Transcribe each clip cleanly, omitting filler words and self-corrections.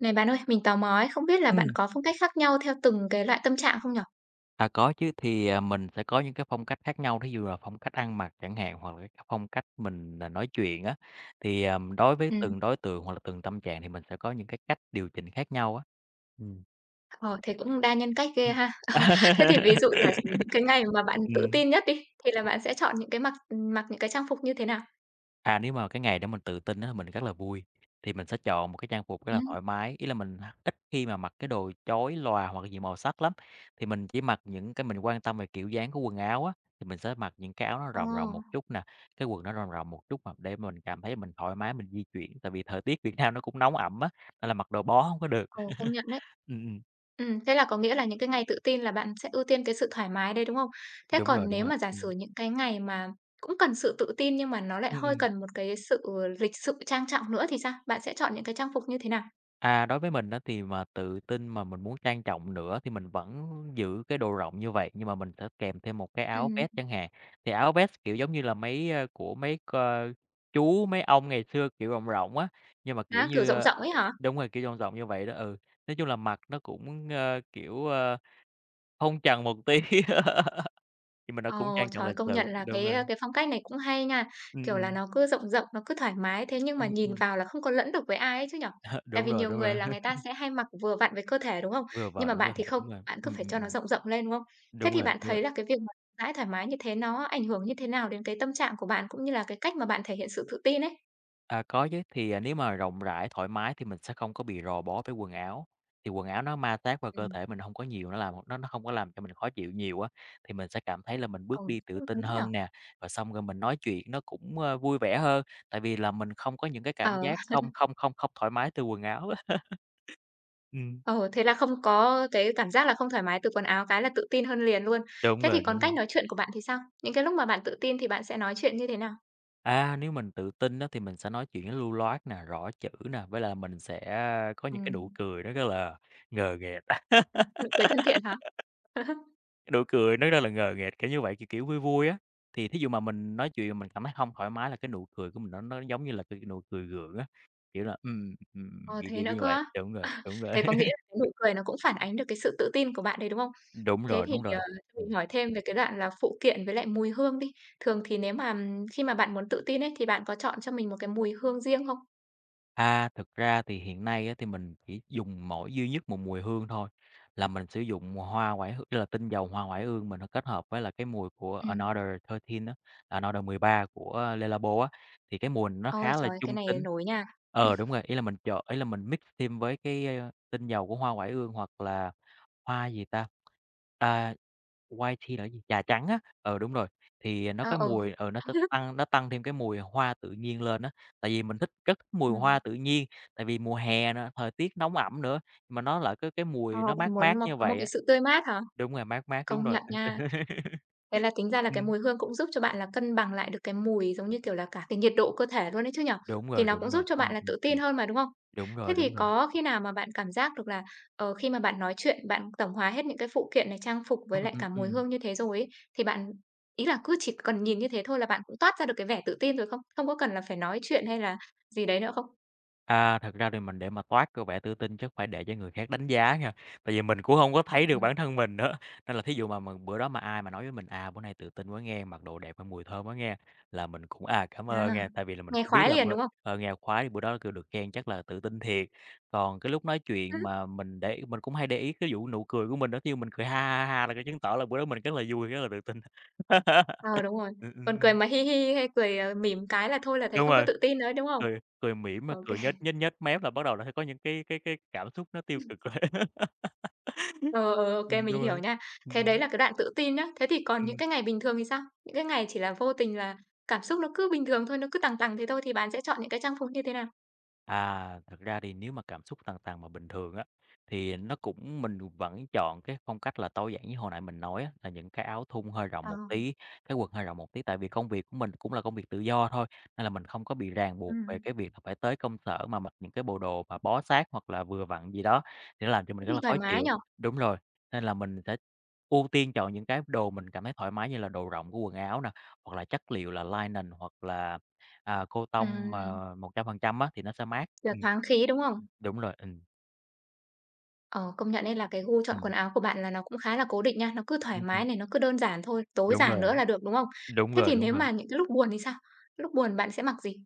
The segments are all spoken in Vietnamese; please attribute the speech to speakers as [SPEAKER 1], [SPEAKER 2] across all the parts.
[SPEAKER 1] Này bạn ơi, mình tò mò ấy, không biết là bạn
[SPEAKER 2] Ừm.
[SPEAKER 1] có phong cách khác nhau theo từng cái loại tâm trạng không nhở?
[SPEAKER 2] À, có chứ, thì, mình sẽ có những cái phong cách khác nhau, thí dụ là phong cách ăn mặc chẳng hạn, hoặc là cái phong cách mình, nói chuyện á. Thì, đối với
[SPEAKER 1] Ừ,
[SPEAKER 2] từng đối tượng hoặc là từng tâm trạng thì mình sẽ có những cái cách điều chỉnh khác nhau á. Ừm.
[SPEAKER 1] ờ, thế cũng đa nhân cách ghê
[SPEAKER 2] Ừm.
[SPEAKER 1] ha. Thế thì ví dụ giả sử những cái ngày mà bạn tự
[SPEAKER 2] Ừm.
[SPEAKER 1] tin nhất đi, thì là bạn sẽ chọn những cái mặc những cái trang phục như thế nào?
[SPEAKER 2] À, nếu mà cái ngày để mình tự tin á, mình rất là vui, thì mình sẽ chọn một cái trang phục rất
[SPEAKER 1] Ừ,
[SPEAKER 2] là thoải mái. Ý là mình h ít khi mà mặc cái đồ chói lòa hoặc là nhiều màu sắc lắm, thì mình chỉ mặc những cái mình quan tâm về kiểu dáng của quần áo á, thì mình sẽ mặc những cái áo nó
[SPEAKER 1] ờ,
[SPEAKER 2] rộng rộng một chút nè, cái quần nó rộng rộng một chút mà để mình cảm thấy mình thoải mái mình di chuyển, tại vì thời tiết Việt Nam nó cũng nóng ẩm á, nên là mặc đồ bó không có được.
[SPEAKER 1] ờ, công nhận đấy.
[SPEAKER 2] Ừm, ừm,
[SPEAKER 1] Ừ, thế là có nghĩa là những cái ngày tự tin là bạn sẽ ưu tiên cái sự thoải mái đấy, đúng không? Thế
[SPEAKER 2] đúng
[SPEAKER 1] còn
[SPEAKER 2] rồi, đúng
[SPEAKER 1] nếu
[SPEAKER 2] rồi,
[SPEAKER 1] mà giả sử
[SPEAKER 2] ừm.
[SPEAKER 1] những cái ngày mà cũng cần sự tự tin nhưng mà nó lại
[SPEAKER 2] Ừm,
[SPEAKER 1] hơi
[SPEAKER 2] ừm.
[SPEAKER 1] cần một cái sự lịch sự trang trọng nữa thì sao? Bạn sẽ chọn những cái trang phục như thế nào?
[SPEAKER 2] À, đối với mình đó thì mà tự tin mà mình muốn trang trọng nữa thì mình vẫn giữ cái đồ rộng như vậy, nhưng mà mình sẽ kèm thêm một cái
[SPEAKER 1] Ừ,
[SPEAKER 2] áo vest chẳng hạn. Thì áo vest, kiểu, giống như là mấy, của mấy cơ chú, mấy ông ngày xưa, kiểu, rộng rộng á, nhưng mà, kiểu
[SPEAKER 1] á, kiểu
[SPEAKER 2] như,
[SPEAKER 1] rộng rộng ấy hả?
[SPEAKER 2] đúng rồi, kiểu, rộng rộng như vậy đó, ừ. Nói chung là mặc nó cũng, kiểu, phong trần một tí nhưng mà nó cũng
[SPEAKER 1] Ồ,
[SPEAKER 2] trang trọng
[SPEAKER 1] trời,
[SPEAKER 2] lịch
[SPEAKER 1] công nhận
[SPEAKER 2] sự,
[SPEAKER 1] là
[SPEAKER 2] đúng
[SPEAKER 1] cái,
[SPEAKER 2] rồi.
[SPEAKER 1] cái phong cách này cũng hay nha.
[SPEAKER 2] Ừm,
[SPEAKER 1] Kiểu là,
[SPEAKER 2] ừm.
[SPEAKER 1] nó cứ rộng rộng, nó cứ thoải mái, thế nhưng mà
[SPEAKER 2] Ừm,
[SPEAKER 1] nhìn
[SPEAKER 2] ừm.
[SPEAKER 1] vào là không có lẫn được với ai ấy chứ nhở? Tại
[SPEAKER 2] Đúng
[SPEAKER 1] vì
[SPEAKER 2] rồi,
[SPEAKER 1] nhiều
[SPEAKER 2] đúng
[SPEAKER 1] người
[SPEAKER 2] rồi.
[SPEAKER 1] là người ta sẽ hay mặc vừa vặn với cơ thể, đúng không?
[SPEAKER 2] Vừa
[SPEAKER 1] Nhưng
[SPEAKER 2] vào
[SPEAKER 1] mà
[SPEAKER 2] đúng
[SPEAKER 1] bạn
[SPEAKER 2] cơ
[SPEAKER 1] thì
[SPEAKER 2] thể,
[SPEAKER 1] không,
[SPEAKER 2] đúng rồi.
[SPEAKER 1] bạn cứ phải cho nó rộng rộng lên, đúng không? Thế
[SPEAKER 2] Đúng
[SPEAKER 1] thì
[SPEAKER 2] rồi,
[SPEAKER 1] bạn
[SPEAKER 2] đúng rồi.
[SPEAKER 1] thấy là cái việc mà rãi thoải mái như thế nó ảnh hưởng như thế nào đến cái tâm trạng của bạn, cũng như là cái cách mà bạn thể hiện sự tự tin ấy?
[SPEAKER 2] À, có chứ, thì, nếu mà rộng rãi, thoải mái thì mình sẽ không có bị rò bó với quần áo, thì quần áo nó ma sát vào cơ
[SPEAKER 1] Ừm.
[SPEAKER 2] thể mình không có nhiều, nó làm nó không có làm cho mình khó chịu nhiều á, thì mình sẽ cảm thấy là mình bước
[SPEAKER 1] Ừ,
[SPEAKER 2] đi tự
[SPEAKER 1] đúng
[SPEAKER 2] tin
[SPEAKER 1] nhỉ?
[SPEAKER 2] hơn nè, rồi xong rồi mình nói chuyện nó cũng, vui vẻ hơn, tại vì là mình không có những cái cảm
[SPEAKER 1] Ờ.
[SPEAKER 2] giác không không không không thoải mái từ quần áo á. Ừm,
[SPEAKER 1] Ờ, thế là không có cái cảm giác là không thoải mái từ quần áo cái là tự tin hơn liền luôn.
[SPEAKER 2] đúng
[SPEAKER 1] Thế thì
[SPEAKER 2] rồi,
[SPEAKER 1] còn
[SPEAKER 2] đúng
[SPEAKER 1] cách
[SPEAKER 2] rồi.
[SPEAKER 1] nói chuyện của bạn thì sao? Những cái lúc mà bạn tự tin thì bạn sẽ nói chuyện như thế nào?
[SPEAKER 2] À, nếu mình tự tin đó thì mình sẽ nói chuyện nó lưu loát nè, rõ chữ nè, với là mình sẽ có những cái nụ
[SPEAKER 1] Ừm.
[SPEAKER 2] cười nó rất là ngờ nghệch.
[SPEAKER 1] Ờ, nụ cười thân thiện hả?
[SPEAKER 2] Cái nụ cười nó rất là ngờ nghệch, kiểu như vậy, kiểu kiểu, vui vui á. Thì thí dụ mà mình nói chuyện mà mình cảm thấy hông thoải mái là cái nụ cười của mình nó giống như là cái nụ cười gượng á, kiểu là,
[SPEAKER 1] Ờ,
[SPEAKER 2] kiểu,
[SPEAKER 1] thế
[SPEAKER 2] kiểu,
[SPEAKER 1] nữa
[SPEAKER 2] kiểu như
[SPEAKER 1] cơ
[SPEAKER 2] vậy.
[SPEAKER 1] á?
[SPEAKER 2] Đúng rồi, đúng rồi.
[SPEAKER 1] Thế có nghĩa là cái nụ cười nó cũng phản ánh được cái sự tự tin của bạn đấy, đúng không?
[SPEAKER 2] Đúng
[SPEAKER 1] Thế
[SPEAKER 2] rồi,
[SPEAKER 1] thì,
[SPEAKER 2] đúng rồi.
[SPEAKER 1] cho mình
[SPEAKER 2] Ừm.
[SPEAKER 1] hỏi thêm về cái đoạn là phụ kiện với lại mùi hương đi. Thường thì nếu mà khi mà bạn muốn tự tin ấy, thì bạn có chọn cho mình một cái mùi hương riêng không?
[SPEAKER 2] À, thực ra thì hiện nay á, thì mình chỉ dùng mỗi duy nhất một mùi hương thôi, là mình sử dụng hoa oải hương, tức là tinh dầu hoa oải hương mình kết hợp với là cái mùi của
[SPEAKER 1] Ừm.
[SPEAKER 2] Another 13 á, Another 13 của Le Labo á, thì cái mùi nó
[SPEAKER 1] Ôi
[SPEAKER 2] khá là
[SPEAKER 1] trời, cái
[SPEAKER 2] trung
[SPEAKER 1] này
[SPEAKER 2] tính.
[SPEAKER 1] nổi nha.
[SPEAKER 2] Ờ, đúng rồi, ý là mình mix thêm với cái, tinh dầu của hoa oải hương hoặc là hoa gì ta? À, White tea là cái gì? Trà trắng á, ừ, đúng rồi, thì nó
[SPEAKER 1] Ờ,
[SPEAKER 2] cái
[SPEAKER 1] ờ.
[SPEAKER 2] mùi nó sẽ tăng thêm cái mùi hoa tự nhiên lên á, tại vì mình thích mùi hoa
[SPEAKER 1] Ừm.
[SPEAKER 2] tự nhiên, tại vì mùa hè nữa, thời tiết nóng ẩm nữa, mà nó lại cái
[SPEAKER 1] Ờ,
[SPEAKER 2] mùi nó mát
[SPEAKER 1] bạn muốn
[SPEAKER 2] mát
[SPEAKER 1] một
[SPEAKER 2] như
[SPEAKER 1] có một
[SPEAKER 2] vậy
[SPEAKER 1] cái
[SPEAKER 2] á.
[SPEAKER 1] sự tươi mát hả?
[SPEAKER 2] Đúng rồi, mát mát, đúng
[SPEAKER 1] Công
[SPEAKER 2] rồi.
[SPEAKER 1] nhận nha. Thế là tính ra là cái
[SPEAKER 2] Ừm,
[SPEAKER 1] mùi hương cũng giúp cho bạn là cân bằng lại được cái mùi, giống như kiểu là, cả cái nhiệt độ cơ thể luôn đấy chứ nhỉ?
[SPEAKER 2] đúng
[SPEAKER 1] Thì
[SPEAKER 2] rồi,
[SPEAKER 1] nó cũng
[SPEAKER 2] đúng
[SPEAKER 1] giúp
[SPEAKER 2] rồi,
[SPEAKER 1] cho bạn là tự tin hơn mà, đúng không?
[SPEAKER 2] đúng
[SPEAKER 1] Thế
[SPEAKER 2] rồi,
[SPEAKER 1] thì
[SPEAKER 2] đúng rồi.
[SPEAKER 1] có khi nào mà bạn cảm giác được là, ờ, khi mà bạn nói chuyện, bạn tổng hòa hết những cái phụ kiện này, trang phục với
[SPEAKER 2] Ừm,
[SPEAKER 1] lại
[SPEAKER 2] ừm,
[SPEAKER 1] cả mùi
[SPEAKER 2] ừm.
[SPEAKER 1] hương như thế rồi ấy, thì bạn ý là cứ chỉ cần nhìn như thế thôi là bạn cũng toát ra được cái vẻ tự tin rồi không? Không có cần là phải nói chuyện hay là gì đấy nữa không?
[SPEAKER 2] À, thật ra thì mình để mà toát cái vẻ tự tin chắc phải để cho người khác đánh giá nha, tại vì mình cũng không có thấy được
[SPEAKER 1] Ừm,
[SPEAKER 2] bản thân mình nữa. Nên là thí dụ mà mình bữa đó mà ai mà nói với mình: "À, bữa nay tự tin quá nghe, mặc đồ đẹp, và mùi thơm quá nghe." Là mình cũng, cảm ơn
[SPEAKER 1] à,
[SPEAKER 2] nghe. Tại vì là mình
[SPEAKER 1] nghe
[SPEAKER 2] cũng biết
[SPEAKER 1] khoái
[SPEAKER 2] là
[SPEAKER 1] liền, đúng không?
[SPEAKER 2] nghèo khoái, bữa đó kêu được khen chắc là tự tin thiệt. Còn cái lúc nói chuyện mà mình cũng hay để ý cái vụ nụ cười của mình đó, thí dụ mình cười "ha ha ha" là cái chứng tỏ là bữa đó mình rất là vui, rất là tự tin.
[SPEAKER 1] Ờ, đúng rồi. Còn cười
[SPEAKER 2] Ừm.
[SPEAKER 1] mà "hi hi" hay cười, ờ, mỉm cái là thôi là thấy
[SPEAKER 2] Đúng
[SPEAKER 1] không có
[SPEAKER 2] rồi.
[SPEAKER 1] tự tin nữa, ấy, đúng không?
[SPEAKER 2] Cười cười mỉm mà
[SPEAKER 1] Ô kê.
[SPEAKER 2] cười nhếch nhếch nhếch mép là bắt đầu là sẽ có những cái cái cảm xúc nó tiêu cực rồi.
[SPEAKER 1] Ờ, ờ, ô kê, mình
[SPEAKER 2] Đúng rồi.
[SPEAKER 1] hiểu nha. Thế đấy
[SPEAKER 2] Ừm.
[SPEAKER 1] là cái đoạn tự tin nhá. Thế thì còn những cái ngày bình thường thì sao? Những cái ngày chỉ là vô tình là cảm xúc nó cứ bình thường thôi, nó cứ tằng tằng thế thôi thì bạn sẽ chọn những cái trang phục như thế nào?
[SPEAKER 2] À, thật ra thì nếu mà cảm xúc tàn tàn mà bình thường á, thì nó cũng mình vẫn chọn cái phong cách là tối giản như hồi nãy mình nói á, là những cái áo thun hơi rộng
[SPEAKER 1] Ờ,
[SPEAKER 2] một tí, cái quần hơi rộng một tí. Tại vì công việc của mình cũng là công việc tự do thôi, nên là mình không có bị ràng buộc về
[SPEAKER 1] ừm,
[SPEAKER 2] cái việc là phải tới công sở mà mặc những cái bộ đồ mà bó sát hoặc là vừa vặn gì đó, thì nó làm cho
[SPEAKER 1] thế
[SPEAKER 2] mình rất
[SPEAKER 1] thì
[SPEAKER 2] là
[SPEAKER 1] thoải
[SPEAKER 2] khó
[SPEAKER 1] mái
[SPEAKER 2] chịu.
[SPEAKER 1] nhỉ?
[SPEAKER 2] Đúng rồi, nên là mình sẽ ưu tiên chọn những cái đồ mình cảm thấy thoải mái như là đồ rộng của quần áo nè, hoặc là chất liệu là linen hoặc là cô tông
[SPEAKER 1] Ừm,
[SPEAKER 2] mà 100% á thì nó sẽ mát.
[SPEAKER 1] là thoáng khí, đúng không?
[SPEAKER 2] Đúng rồi,
[SPEAKER 1] Ờ, công nhận ấy là cái gu chọn quần
[SPEAKER 2] ừm,
[SPEAKER 1] áo của bạn là nó cũng khá là cố định nha, nó cứ thoải
[SPEAKER 2] ừm,
[SPEAKER 1] mái
[SPEAKER 2] ừm,
[SPEAKER 1] này, nó cứ đơn giản thôi, tối
[SPEAKER 2] đúng
[SPEAKER 1] giản
[SPEAKER 2] rồi,
[SPEAKER 1] nữa là được, đúng không?
[SPEAKER 2] đúng
[SPEAKER 1] Thế
[SPEAKER 2] rồi,
[SPEAKER 1] thì
[SPEAKER 2] đúng
[SPEAKER 1] nếu
[SPEAKER 2] rồi.
[SPEAKER 1] mà những cái lúc buồn thì sao? Lúc buồn bạn sẽ mặc gì?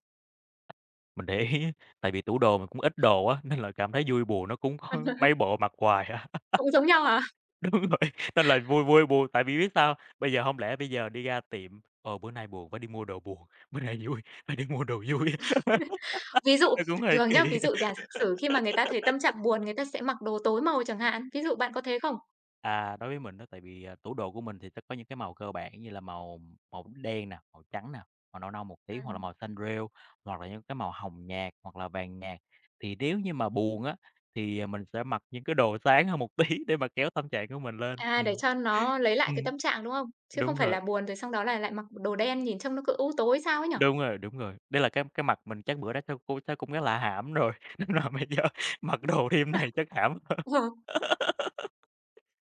[SPEAKER 2] Mình để ý tại vì tủ đồ mình cũng ít đồ á, nên là cảm thấy vui buồn nó cũng có mấy bộ mặc hoài à.
[SPEAKER 1] Cũng giống nhau hả?
[SPEAKER 2] Đúng rồi, nên là vui vui buồn, tại vì biết sao, bây giờ không lẽ bây giờ đi ra tiệm, bữa nay buồn phải đi mua đồ buồn, bữa nay vui phải đi mua đồ vui.
[SPEAKER 1] Ví dụ
[SPEAKER 2] Nó cũng hơi
[SPEAKER 1] thường nhá,
[SPEAKER 2] kỳ.
[SPEAKER 1] ví dụ giả sử khi mà người ta thấy tâm trạng buồn, người ta sẽ mặc đồ tối màu chẳng hạn, ví dụ bạn có thế không?
[SPEAKER 2] À, đối với mình đó tại vì, tủ đồ của mình thì sẽ có những cái màu cơ bản như là màu màu đen nè, màu trắng nè, màu nâu nâu một tí hoặc là
[SPEAKER 1] Ừm.
[SPEAKER 2] màu xanh rêu, hoặc là những cái màu hồng nhạt hoặc là vàng nhạt. Thì nếu như mà buồn á, thì, mình sẽ mặc những cái đồ sáng hơn một tí để mà kéo tâm trạng của mình lên.
[SPEAKER 1] À, để
[SPEAKER 2] Ừm.
[SPEAKER 1] cho nó lấy lại cái
[SPEAKER 2] Ừm,
[SPEAKER 1] tâm trạng, đúng không? Chứ không
[SPEAKER 2] đúng
[SPEAKER 1] phải
[SPEAKER 2] rồi,
[SPEAKER 1] là buồn rồi xong đó là lại mặc đồ đen nhìn trông nó cứ u tối sao ấy nhỉ?
[SPEAKER 2] đúng rồi, đúng rồi. Đây là cái mặt mình chắc bữa đó chắc cũng rất là hãm rồi, nên là bây giờ mặc đồ thì này chắc hãm hơn.
[SPEAKER 1] Ờ.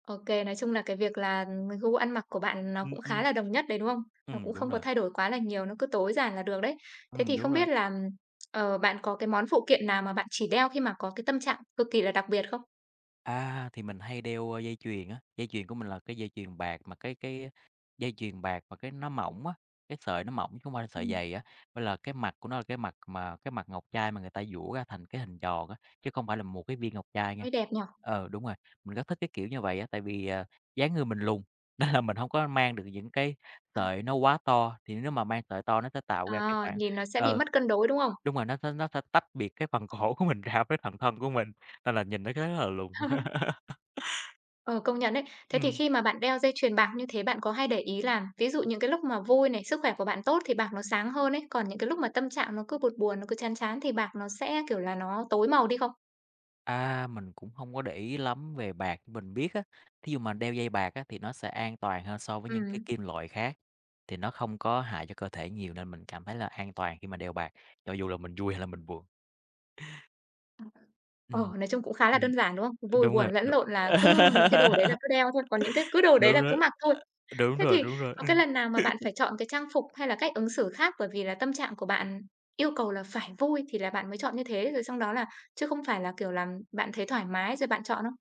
[SPEAKER 1] Ô nói chung là cái việc là gu ăn mặc của bạn nó
[SPEAKER 2] Ừm,
[SPEAKER 1] cũng khá
[SPEAKER 2] ừm,
[SPEAKER 1] là đồng nhất đấy, đúng không? Nó cũng
[SPEAKER 2] đúng
[SPEAKER 1] không có
[SPEAKER 2] rồi,
[SPEAKER 1] thay đổi quá là nhiều, nó cứ tối giản là được đấy. Thế thì
[SPEAKER 2] đúng
[SPEAKER 1] không biết
[SPEAKER 2] rồi.
[SPEAKER 1] là, ờ, bạn có cái món phụ kiện nào mà bạn chỉ đeo khi mà có cái tâm trạng cực kỳ là đặc biệt không?
[SPEAKER 2] À, thì mình hay đeo, dây chuyền á, dây chuyền của mình là cái dây chuyền bạc mà cái dây chuyền bạc mà cái nó mỏng á, cái sợi nó mỏng chứ hông phải là sợi
[SPEAKER 1] Ừm,
[SPEAKER 2] dày á. Với là cái mặt của nó là cái mặt ngọc trai mà người ta giũa ra thành cái hình tròn á, chứ không phải là một cái viên ngọc trai nha.
[SPEAKER 1] mới đẹp nhỉ?
[SPEAKER 2] Ờ, đúng rồi, mình rất thích cái kiểu như vậy á, tại vì, dáng người mình lùn, nên là mình không có mang được những cái sợi nó quá to, thì nếu mà mang sợi to nó sẽ tạo ra cái
[SPEAKER 1] À,
[SPEAKER 2] khoảng
[SPEAKER 1] nhìn nó sẽ bị
[SPEAKER 2] ờ,
[SPEAKER 1] mất cân đối, đúng không?
[SPEAKER 2] đúng rồi, nó sẽ tách biệt cái phần cổ của mình ra với phần thân của mình. Nên là nhìn nó khá là lùng.
[SPEAKER 1] Ờ, công nhận đấy. Thế thì
[SPEAKER 2] Ừm.
[SPEAKER 1] khi mà bạn đeo dây chuyền bạc như thế, bạn có hay để ý là ví dụ những cái lúc mà vui này, sức khỏe của bạn tốt thì bạc nó sáng hơn ấy, còn những cái lúc mà tâm trạng nó cứ buồn buồn, nó cứ chán chán thì bạc nó sẽ, kiểu là, nó tối màu đi không?
[SPEAKER 2] À, mình cũng không có để ý lắm về bạc, nhưng mình biết á, thí dụ mà đeo dây bạc á, thì nó sẽ an toàn hơn so với những cái
[SPEAKER 1] Ừm.
[SPEAKER 2] kim loại khác, thì nó không có hại cho cơ thể nhiều nên mình cảm thấy là an toàn khi mà đeo bạc, cho dù là mình vui hay là mình buồn.
[SPEAKER 1] Ờ,
[SPEAKER 2] Ừm,
[SPEAKER 1] nói chung cũng khá là
[SPEAKER 2] ừm.
[SPEAKER 1] đơn giản, đúng không? Vui
[SPEAKER 2] Đúng
[SPEAKER 1] buồn
[SPEAKER 2] rồi,
[SPEAKER 1] lẫn
[SPEAKER 2] đúng.
[SPEAKER 1] lộn là cứ những cái đồ đấy là cứ đeo thôi, còn những cái cứ đồ đấy là
[SPEAKER 2] Đúng
[SPEAKER 1] cứ
[SPEAKER 2] đó,
[SPEAKER 1] mặc thôi.
[SPEAKER 2] đúng
[SPEAKER 1] Thế
[SPEAKER 2] rồi,
[SPEAKER 1] thì
[SPEAKER 2] đúng rồi.
[SPEAKER 1] có cái lần nào mà bạn phải chọn cái trang phục hay là cách ứng xử khác bởi vì là tâm trạng của bạn yêu cầu là phải vui thì là bạn mới chọn như thế, rồi xong đó là chứ không phải là, kiểu là, bạn thấy thoải mái rồi bạn chọn không?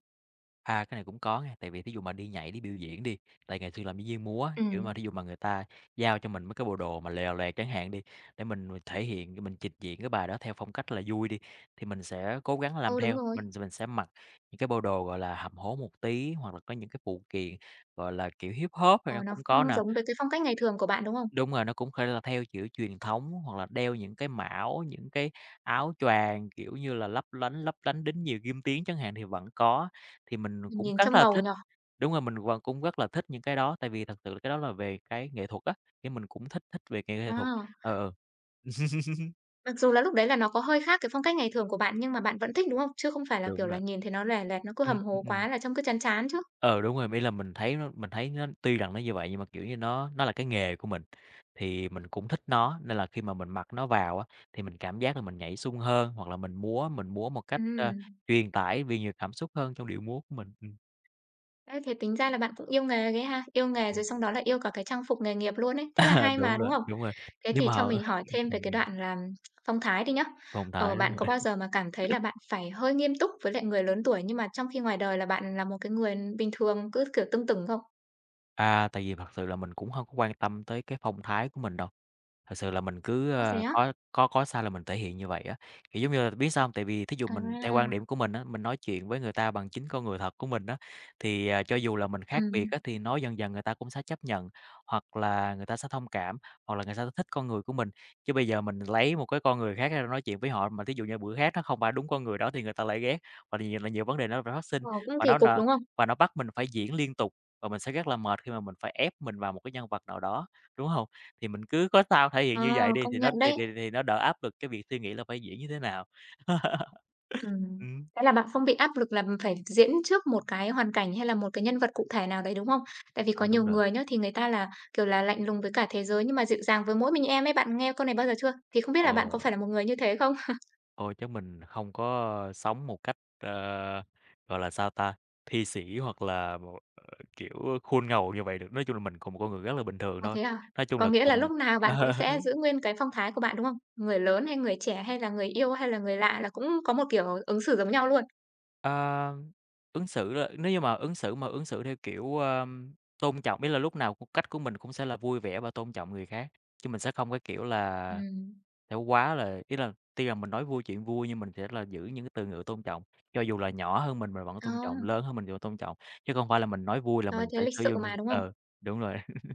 [SPEAKER 2] À, cái này cũng có nha, tại vì thí dụ mà đi nhảy, đi biểu diễn đi, tại ngày xưa làm diễn viên múa á, kiểu
[SPEAKER 1] Ừm.
[SPEAKER 2] mà, thí dụ mà người ta giao cho mình mấy cái bộ đồ mà lèo lèo chẳng hạn đi, để mình thể hiện, mình trình diễn cái bài đó theo phong cách là vui đi, thì mình sẽ cố gắng làm
[SPEAKER 1] Ừ, đúng
[SPEAKER 2] theo.
[SPEAKER 1] rồi.
[SPEAKER 2] Mình sẽ mặc những cái bộ đồ, gọi là, hầm hố một tí, hoặc là có những cái phụ kiện, gọi là, kiểu, hip hop hay
[SPEAKER 1] Ờ,
[SPEAKER 2] là
[SPEAKER 1] nó
[SPEAKER 2] cũng có
[SPEAKER 1] không
[SPEAKER 2] nè.
[SPEAKER 1] giống với cái phong cách ngày thường của bạn, đúng không?
[SPEAKER 2] Đúng rồi, nó cũng có thể là theo, kiểu, truyền thống hoặc là đeo những cái mão, những cái áo choàng, kiểu như là, lấp lánh đến nhiều kim tuyến chẳng hạn thì vẫn có. Thì mình
[SPEAKER 1] Mình
[SPEAKER 2] cũng
[SPEAKER 1] nhìn
[SPEAKER 2] rất
[SPEAKER 1] trông
[SPEAKER 2] là
[SPEAKER 1] ngầu
[SPEAKER 2] thích
[SPEAKER 1] nhở.
[SPEAKER 2] đúng rồi, mình vẫn cũng rất là thích những cái đó, tại vì thật sự là cái đó là về cái nghệ thuật á, thì mình cũng thích thích về nghệ nghệ thuật.
[SPEAKER 1] À,
[SPEAKER 2] Ờ, ờ.
[SPEAKER 1] mặc dù là lúc đấy là nó có hơi khác cái phong cách ngày thường của bạn nhưng mà bạn vẫn thích, đúng không? Chứ không phải là, kiểu
[SPEAKER 2] Đúng
[SPEAKER 1] là,
[SPEAKER 2] rồi.
[SPEAKER 1] nhìn thấy nó lè loẹt, nó cứ
[SPEAKER 2] Ừm,
[SPEAKER 1] hầm
[SPEAKER 2] ừm,
[SPEAKER 1] hố
[SPEAKER 2] ừm.
[SPEAKER 1] quá là trông cứ chán chán chứ?
[SPEAKER 2] Ờ, đúng rồi, ý là mình thấy nó tuy rằng nó như vậy nhưng mà, kiểu như, nó là cái nghề của mình, thì mình cũng thích nó, nên là khi mà mình mặc nó vào á, thì mình cảm giác là mình nhảy sung hơn, hoặc là mình múa một cách,
[SPEAKER 1] Ừm.
[SPEAKER 2] truyền tải vì nhiều cảm xúc hơn trong điệu múa của mình.
[SPEAKER 1] Ê, thế tính ra là bạn cũng yêu nghề ghê ha, yêu nghề
[SPEAKER 2] Ừm.
[SPEAKER 1] rồi xong đó là yêu cả cái trang phục nghề nghiệp luôn ấy,
[SPEAKER 2] À,
[SPEAKER 1] thế là hay mà, đúng không?
[SPEAKER 2] đúng rồi,
[SPEAKER 1] Thế
[SPEAKER 2] nhưng
[SPEAKER 1] thì
[SPEAKER 2] mà
[SPEAKER 1] cho mình
[SPEAKER 2] ừm,
[SPEAKER 1] hỏi thêm về cái
[SPEAKER 2] ừm,
[SPEAKER 1] đoạn là phong thái đi nhá.
[SPEAKER 2] phong
[SPEAKER 1] Ờ,
[SPEAKER 2] thái,
[SPEAKER 1] bạn
[SPEAKER 2] đúng
[SPEAKER 1] có
[SPEAKER 2] rồi.
[SPEAKER 1] bao giờ mà cảm thấy là bạn phải hơi nghiêm túc với lại người lớn tuổi, nhưng mà trong khi ngoài đời là bạn là một cái người bình thường, cứ, kiểu, tưng tửng không?
[SPEAKER 2] À, tại vì thật sự là mình cũng hông có quan tâm tới cái phong thái của mình đâu. Thật sự là mình cứ,
[SPEAKER 1] Có thế á?
[SPEAKER 2] có sao là mình thể hiện như vậy á. Kiểu, giống như là, biết sao không? Tại vì thí dụ
[SPEAKER 1] À,
[SPEAKER 2] mình theo quan điểm của mình á, mình nói chuyện với người ta bằng chính con người thật của mình á, thì, à, cho dù là mình khác
[SPEAKER 1] ừm,
[SPEAKER 2] biệt á, thì nói dần dần người ta cũng sẽ chấp nhận, hoặc là người ta sẽ thông cảm, hoặc là người ta sẽ thích con người của mình. Chứ bây giờ mình lấy một cái con người khác ra nói chuyện với họ, mà thí dụ như bữa khác nó không phải đúng con người đó thì người ta lại ghét, và nhiều vấn đề nó phải phát sinh,
[SPEAKER 1] ờ, cũng
[SPEAKER 2] và
[SPEAKER 1] kỳ
[SPEAKER 2] nó
[SPEAKER 1] cục,
[SPEAKER 2] nà
[SPEAKER 1] đúng không?
[SPEAKER 2] và nó bắt mình phải diễn liên tục, và mình sẽ rất là mệt khi mà mình phải ép mình vào một cái nhân vật nào đó, đúng không? Thì mình cứ có sao thể hiện
[SPEAKER 1] Ờ,
[SPEAKER 2] như vậy đi,
[SPEAKER 1] công nhận đấy.
[SPEAKER 2] thì nó đỡ áp lực cái việc suy nghĩ là phải diễn như thế nào.
[SPEAKER 1] Ừm.
[SPEAKER 2] Ừm,
[SPEAKER 1] Thế là bạn không bị áp lực là phải diễn trước một cái hoàn cảnh hay là một cái nhân vật cụ thể nào đấy, đúng không? Tại vì có
[SPEAKER 2] anh
[SPEAKER 1] nhiều
[SPEAKER 2] đúng rồi.
[SPEAKER 1] người nhá, thì người ta là, kiểu là, lạnh lùng với cả thế giới nhưng mà dịu dàng với mỗi mình em ấy, bạn nghe câu này bao giờ chưa? Thì không biết là bạn
[SPEAKER 2] Ờ,
[SPEAKER 1] có phải là một người như thế không?
[SPEAKER 2] thôi chứ mình không có sống một cách, gọi là, sao ta, thi sĩ hoặc là một, kiểu, khuôn ngầu như vậy được. Nói chung là mình cũng một con người rất là bình thường
[SPEAKER 1] À,
[SPEAKER 2] thôi.
[SPEAKER 1] thế à?
[SPEAKER 2] Nói chung
[SPEAKER 1] Có
[SPEAKER 2] là
[SPEAKER 1] nghĩa là lúc
[SPEAKER 2] mình
[SPEAKER 1] nào bạn cũng sẽ giữ nguyên cái phong thái của bạn, đúng không? Người lớn hay người trẻ hay là người yêu hay là người lạ là cũng có một kiểu ứng xử giống nhau luôn?
[SPEAKER 2] Ờ, ứng xử là nếu như mà ứng xử theo kiểu, tôn trọng, ý là lúc nào cũng cách của mình cũng sẽ là vui vẻ và tôn trọng người khác, chứ mình sẽ không cái kiểu là,
[SPEAKER 1] Ừm.
[SPEAKER 2] theo quá là ý là tuy là mình nói vui chuyện vui nhưng mình sẽ là giữ những cái từ ngữ tôn trọng, cho dù là nhỏ hơn mình vẫn
[SPEAKER 1] Ờ,
[SPEAKER 2] tôn trọng, lớn hơn mình thì vẫn tôn trọng, chứ không phải là mình nói vui là
[SPEAKER 1] trời ơi,
[SPEAKER 2] mình
[SPEAKER 1] thế
[SPEAKER 2] sẽ
[SPEAKER 1] lịch
[SPEAKER 2] sử
[SPEAKER 1] sự
[SPEAKER 2] dụng,
[SPEAKER 1] mà, đúng không?
[SPEAKER 2] đúng rồi.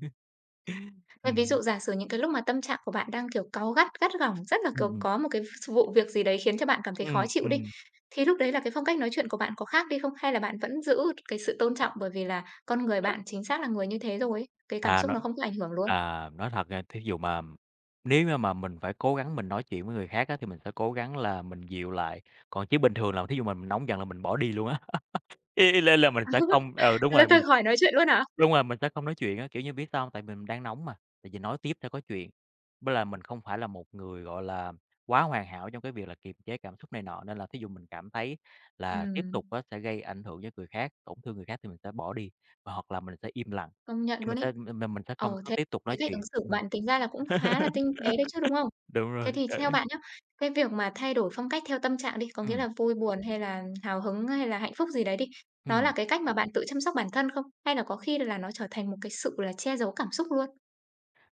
[SPEAKER 1] Vậy ví
[SPEAKER 2] Ừm,
[SPEAKER 1] dụ giả sử những cái lúc mà tâm trạng của bạn đang, kiểu, cáu gắt, gắt gỏng, rất là,
[SPEAKER 2] ừm,
[SPEAKER 1] kiểu,
[SPEAKER 2] ừm,
[SPEAKER 1] có một cái vụ việc gì đấy khiến cho bạn cảm thấy khó chịu đi,
[SPEAKER 2] ừm,
[SPEAKER 1] thì lúc đấy là cái phong cách nói chuyện của bạn có khác đi không? Hay là bạn vẫn giữ cái sự tôn trọng bởi vì là con người bạn chính xác là người như thế rồi ấy, cái cảm
[SPEAKER 2] À,
[SPEAKER 1] xúc nó không có ảnh hưởng luôn?
[SPEAKER 2] nói thật nha, thí dụ mà nếu như mà mình phải cố gắng mình nói chuyện với người khác á, thì mình sẽ cố gắng là mình dịu lại, còn chứ bình thường là thí dụ mà mình nóng giận là mình bỏ đi luôn á. Ý ý là mình sẽ không ừ, đúng
[SPEAKER 1] Là
[SPEAKER 2] rồi,
[SPEAKER 1] tự
[SPEAKER 2] mình sẽ
[SPEAKER 1] hỏi nói chuyện luôn hả?
[SPEAKER 2] đúng rồi, mình sẽ không nói chuyện á, kiểu như, biết sao hông? Tại mình đang nóng mà, tại vì nói tiếp sẽ có chuyện. Với là mình không phải là một người, gọi là, quá hoàn hảo trong cái việc là kiềm chế cảm xúc này nọ, nên là thí dụ mình cảm thấy là tiếp
[SPEAKER 1] Ừm.
[SPEAKER 2] tục á sẽ gây ảnh hưởng với người khác, tổn thương người khác thì mình sẽ bỏ đi, và hoặc là mình sẽ im lặng,
[SPEAKER 1] Công nhận
[SPEAKER 2] chứ
[SPEAKER 1] luôn
[SPEAKER 2] mình
[SPEAKER 1] ấy.
[SPEAKER 2] sẽ m mình mình sẽ không
[SPEAKER 1] Ờ,
[SPEAKER 2] có
[SPEAKER 1] thế
[SPEAKER 2] tiếp tục
[SPEAKER 1] cái
[SPEAKER 2] nói
[SPEAKER 1] cách ứng
[SPEAKER 2] chuyện.
[SPEAKER 1] xử của
[SPEAKER 2] Ừm.
[SPEAKER 1] bạn tính ra là cũng khá là tinh tế đấy chứ, đúng không?
[SPEAKER 2] Đúng
[SPEAKER 1] Thế
[SPEAKER 2] rồi,
[SPEAKER 1] thì
[SPEAKER 2] ờ.
[SPEAKER 1] theo bạn nhá, cái việc mà thay đổi phong cách theo tâm trạng đi, có nghĩa
[SPEAKER 2] Ừm,
[SPEAKER 1] là vui buồn hay là hào hứng hay là hạnh phúc gì đấy đi, nó là
[SPEAKER 2] ừm.
[SPEAKER 1] cái cách mà bạn tự chăm sóc bản thân không? Hay là có khi là nó trở thành một cái sự là che giấu cảm xúc luôn?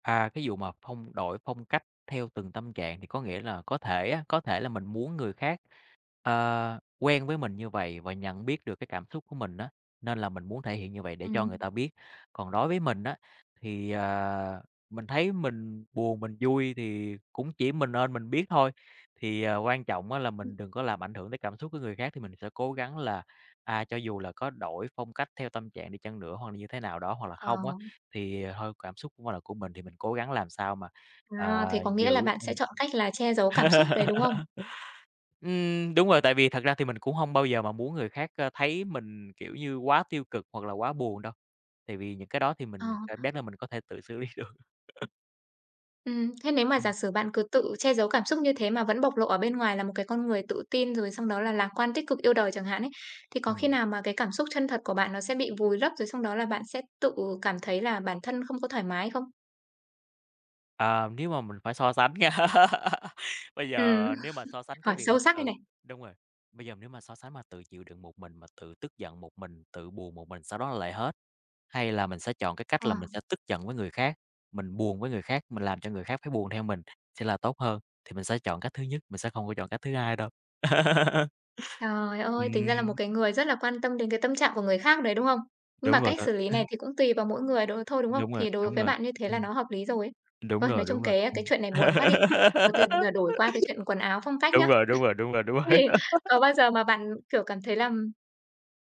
[SPEAKER 2] À, cái vụ mà đổi phong cách theo từng tâm trạng thì có nghĩa là có thể á, có thể là mình muốn người khác, quen với mình như vậy và nhận biết được cái cảm xúc của mình á, nên là mình muốn thể hiện như vậy để cho
[SPEAKER 1] Ừm.
[SPEAKER 2] người ta biết. Còn đối với mình á, thì, mình thấy mình buồn, mình vui thì cũng chỉ mình ơn mình biết thôi. Thì, quan trọng á là mình đừng có làm ảnh hưởng tới cảm xúc của người khác thì mình sẽ cố gắng là, à, cho dù là có đổi phong cách theo tâm trạng đi chăng nữa hoặc là như thế nào đó, hoặc là
[SPEAKER 1] Ờ,
[SPEAKER 2] không á, thì à, thôi cảm xúc cũng là của mình thì mình cố gắng làm sao mà,
[SPEAKER 1] à, thế có nghĩa là
[SPEAKER 2] giữ
[SPEAKER 1] bạn sẽ
[SPEAKER 2] ừm.
[SPEAKER 1] chọn cách là che giấu cảm xúc đấy, đúng không?
[SPEAKER 2] Đúng rồi, tại vì thật ra thì mình cũng hông bao giờ mà muốn người khác, thấy mình, kiểu như, quá tiêu cực hoặc là quá buồn đâu, tại vì những cái đó thì
[SPEAKER 1] Ờ.
[SPEAKER 2] mình cảm giác là mình có thể tự xử lý được.
[SPEAKER 1] Thế nếu mà giả
[SPEAKER 2] Ừm,
[SPEAKER 1] sử bạn cứ tự che giấu cảm xúc như thế mà vẫn bộc lộ ở bên ngoài là một cái con người tự tin rồi xong đó là lạc quan tích cực yêu đời chẳng hạn ấy, thì có khi
[SPEAKER 2] ừm,
[SPEAKER 1] nào mà cái cảm xúc chân thật của bạn nó sẽ bị vùi lấp rồi xong đó là bạn sẽ tự cảm thấy là bản thân không có thoải mái không?
[SPEAKER 2] ờ, nếu mà mình phải so sánh nha, bây
[SPEAKER 1] Ừm,
[SPEAKER 2] giờ nếu mà so sánh
[SPEAKER 1] hỏi
[SPEAKER 2] cái việc là
[SPEAKER 1] sâu sắc đây
[SPEAKER 2] tự
[SPEAKER 1] này.
[SPEAKER 2] đúng rồi, bây giờ nếu mà so sánh mà tự chịu đựng một mình, mà tự tức giận một mình, tự buồn một mình, sau đó lại hết. Hay là mình sẽ chọn cái cách
[SPEAKER 1] Ờ,
[SPEAKER 2] là mình sẽ tức giận với người khác, mình buồn với người khác, mình làm cho người khác phải buồn theo mình sẽ là tốt hơn, thì mình sẽ chọn cách thứ nhất, mình sẽ không có chọn cách thứ hai đâu.
[SPEAKER 1] trời ơi, tính ra là một
[SPEAKER 2] Ừm,
[SPEAKER 1] cái người rất là quan tâm đến cái tâm trạng của người khác đấy, đúng không? Nhưng mà
[SPEAKER 2] đúng rồi
[SPEAKER 1] cách
[SPEAKER 2] đó,
[SPEAKER 1] xử lý này thì cũng tùy vào mỗi người đ thôi, đúng không?
[SPEAKER 2] đúng rồi,
[SPEAKER 1] Thì đối
[SPEAKER 2] đúng
[SPEAKER 1] với
[SPEAKER 2] rồi,
[SPEAKER 1] bạn như thế là
[SPEAKER 2] ừm,
[SPEAKER 1] nó hợp lý rồi ấy.
[SPEAKER 2] đúng
[SPEAKER 1] Thôi, nói
[SPEAKER 2] rồi, đúng
[SPEAKER 1] chung
[SPEAKER 2] rồi,
[SPEAKER 1] cái
[SPEAKER 2] ừm.
[SPEAKER 1] chuyện này buồn quá đi. Ờ, thì giờ đổi qua cái chuyện quần áo phong cách nhá.
[SPEAKER 2] Đúng rồi, đúng rồi, đúng rồi, đúng
[SPEAKER 1] Thì
[SPEAKER 2] rồi.
[SPEAKER 1] có bao giờ mà bạn, kiểu, cảm thấy là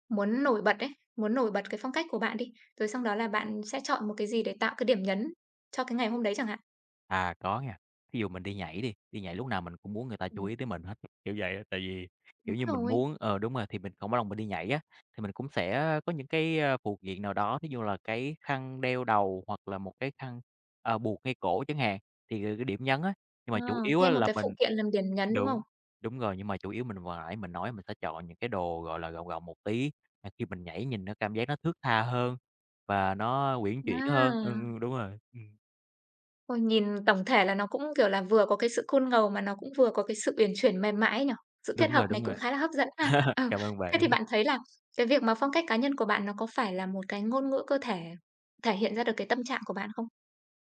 [SPEAKER 1] muốn nổi bật ấy, muốn nổi bật cái phong cách của bạn đi, rồi xong đó là bạn sẽ chọn một cái gì để tạo cái điểm nhấn cho cái ngày hôm đấy chẳng hạn?
[SPEAKER 2] À, có nha. Ví dụ mình đi nhảy đi, đi nhảy lúc nào mình cũng muốn người ta chú
[SPEAKER 1] Ừm.
[SPEAKER 2] ý tới mình hết, kiểu vậy á. Tại vì, kiểu
[SPEAKER 1] Đúng
[SPEAKER 2] như, mình
[SPEAKER 1] rồi,
[SPEAKER 2] muốn ờ, đúng rồi, thì mình không có lòng mình đi nhảy á, thì mình cũng sẽ có những cái, a, phụ kiện nào đó, thí dụ là cái khăn đeo đầu hoặc là một cái khăn, buộc ngay cổ chẳng hạn, thì là cái điểm nhấn á. Nhưng
[SPEAKER 1] ờ,
[SPEAKER 2] mà chủ yếu á
[SPEAKER 1] thêm một
[SPEAKER 2] là
[SPEAKER 1] cái
[SPEAKER 2] mình
[SPEAKER 1] phụ kiện làm điểm nhấn, đúng không?
[SPEAKER 2] đúng, đúng rồi, nhưng mà chủ yếu mình vừa nãy mình nói mình sẽ chọn những cái đồ, gọi là, gọn gọn một tí, mà khi mình nhảy nhìn nó cảm giác nó thướt tha hơn và nó uyển chuyển hơn. Ừ,
[SPEAKER 1] À,
[SPEAKER 2] ừ, đúng rồi.
[SPEAKER 1] ôi, nhìn tổng thể là nó cũng, kiểu là, vừa có cái sự cool ngầu mà nó cũng vừa có cái sự uyển chuyển mềm mại ấy nhỉ? Sự kết
[SPEAKER 2] Đúng
[SPEAKER 1] hợp
[SPEAKER 2] rồi,
[SPEAKER 1] này
[SPEAKER 2] đúng
[SPEAKER 1] cũng
[SPEAKER 2] rồi.
[SPEAKER 1] khá là hấp dẫn ha. Ờ,
[SPEAKER 2] Cảm ơn
[SPEAKER 1] thế thì
[SPEAKER 2] bạn.
[SPEAKER 1] bạn thấy là cái việc mà phong cách cá nhân của bạn nó có phải là một cái ngôn ngữ cơ thể thể hiện ra được cái tâm trạng của bạn không?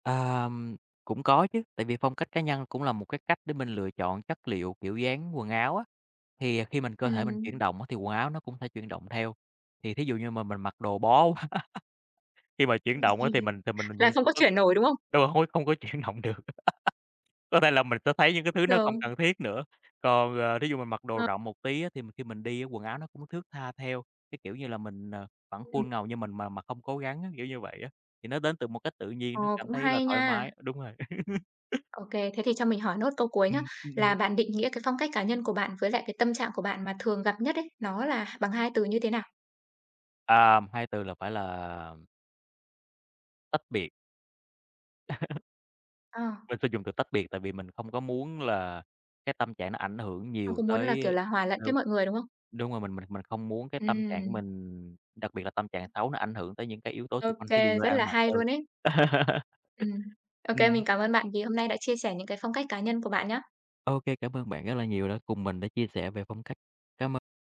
[SPEAKER 2] Ờm, cũng có chứ, tại vì phong cách cá nhân cũng là một cái cách để mình lựa chọn chất liệu, kiểu dáng quần áo á, thì à, khi cơ thể mình
[SPEAKER 1] Ừm.
[SPEAKER 2] chuyển động á, thì quần áo nó cũng sẽ chuyển động theo. Thì thí dụ như mà mình mặc đồ bó quá, khi mà chuyển động á, thì mình
[SPEAKER 1] Là
[SPEAKER 2] nhìn
[SPEAKER 1] không có
[SPEAKER 2] có
[SPEAKER 1] chuyển nổi, đúng không?
[SPEAKER 2] đúng rồi, không có chuyển động được. Có thể là mình sẽ thấy những cái thứ nó không
[SPEAKER 1] Rồi.
[SPEAKER 2] cần thiết nữa. Còn, thí dụ mình mặc đồ
[SPEAKER 1] Ờ,
[SPEAKER 2] rộng một tí á, thì mình khi mình đi á, quần áo nó cũng thước tha theo, cái kiểu như là, mình, vẫn
[SPEAKER 1] ừm.
[SPEAKER 2] khuôn ngầu nhưng mình mà không cố gắng á, kiểu như vậy á, thì nó đến từ một cách tự nhiên,
[SPEAKER 1] Ờ,
[SPEAKER 2] nó cảm
[SPEAKER 1] cũng
[SPEAKER 2] thấy là
[SPEAKER 1] hay
[SPEAKER 2] thoải
[SPEAKER 1] nha.
[SPEAKER 2] mái đúng rồi.
[SPEAKER 1] Ô kê, thế thì cho mình hỏi nốt câu cuối nhá, là
[SPEAKER 2] Ừm.
[SPEAKER 1] bạn định nghĩa cái phong cách cá nhân của bạn với lại cái tâm trạng của bạn mà thường gặp nhất ấy, nó là bằng 2 từ như thế nào?
[SPEAKER 2] À, hai từ là phải là tách biệt,
[SPEAKER 1] Ờ,
[SPEAKER 2] mình sử dụng từ tách biệt tại vì mình không có muốn là cái tâm trạng nó ảnh hưởng
[SPEAKER 1] không
[SPEAKER 2] nhiều
[SPEAKER 1] có muốn là, kiểu
[SPEAKER 2] tới
[SPEAKER 1] là, hòa lẫn với
[SPEAKER 2] đúng.
[SPEAKER 1] mọi người, đúng không?
[SPEAKER 2] Đúng rồi, mình không muốn cái tâm trạng của
[SPEAKER 1] Ừm,
[SPEAKER 2] mình, đặc biệt là tâm trạng xấu nó ảnh hưởng tới những cái yếu tố
[SPEAKER 1] ô
[SPEAKER 2] xung quanh, thí dụ
[SPEAKER 1] kê,
[SPEAKER 2] như
[SPEAKER 1] rất là
[SPEAKER 2] ăn mặc
[SPEAKER 1] hay
[SPEAKER 2] ừ.
[SPEAKER 1] luôn ấy. Ừm. Ô kê,
[SPEAKER 2] Ừm,
[SPEAKER 1] mình cảm ơn bạn vì hôm nay đã chia sẻ những cái phong cách cá nhân của bạn nhá.
[SPEAKER 2] ô kê, cảm ơn bạn rất là nhiều đã cùng mình đã chia sẻ về phong cách. Cám ơn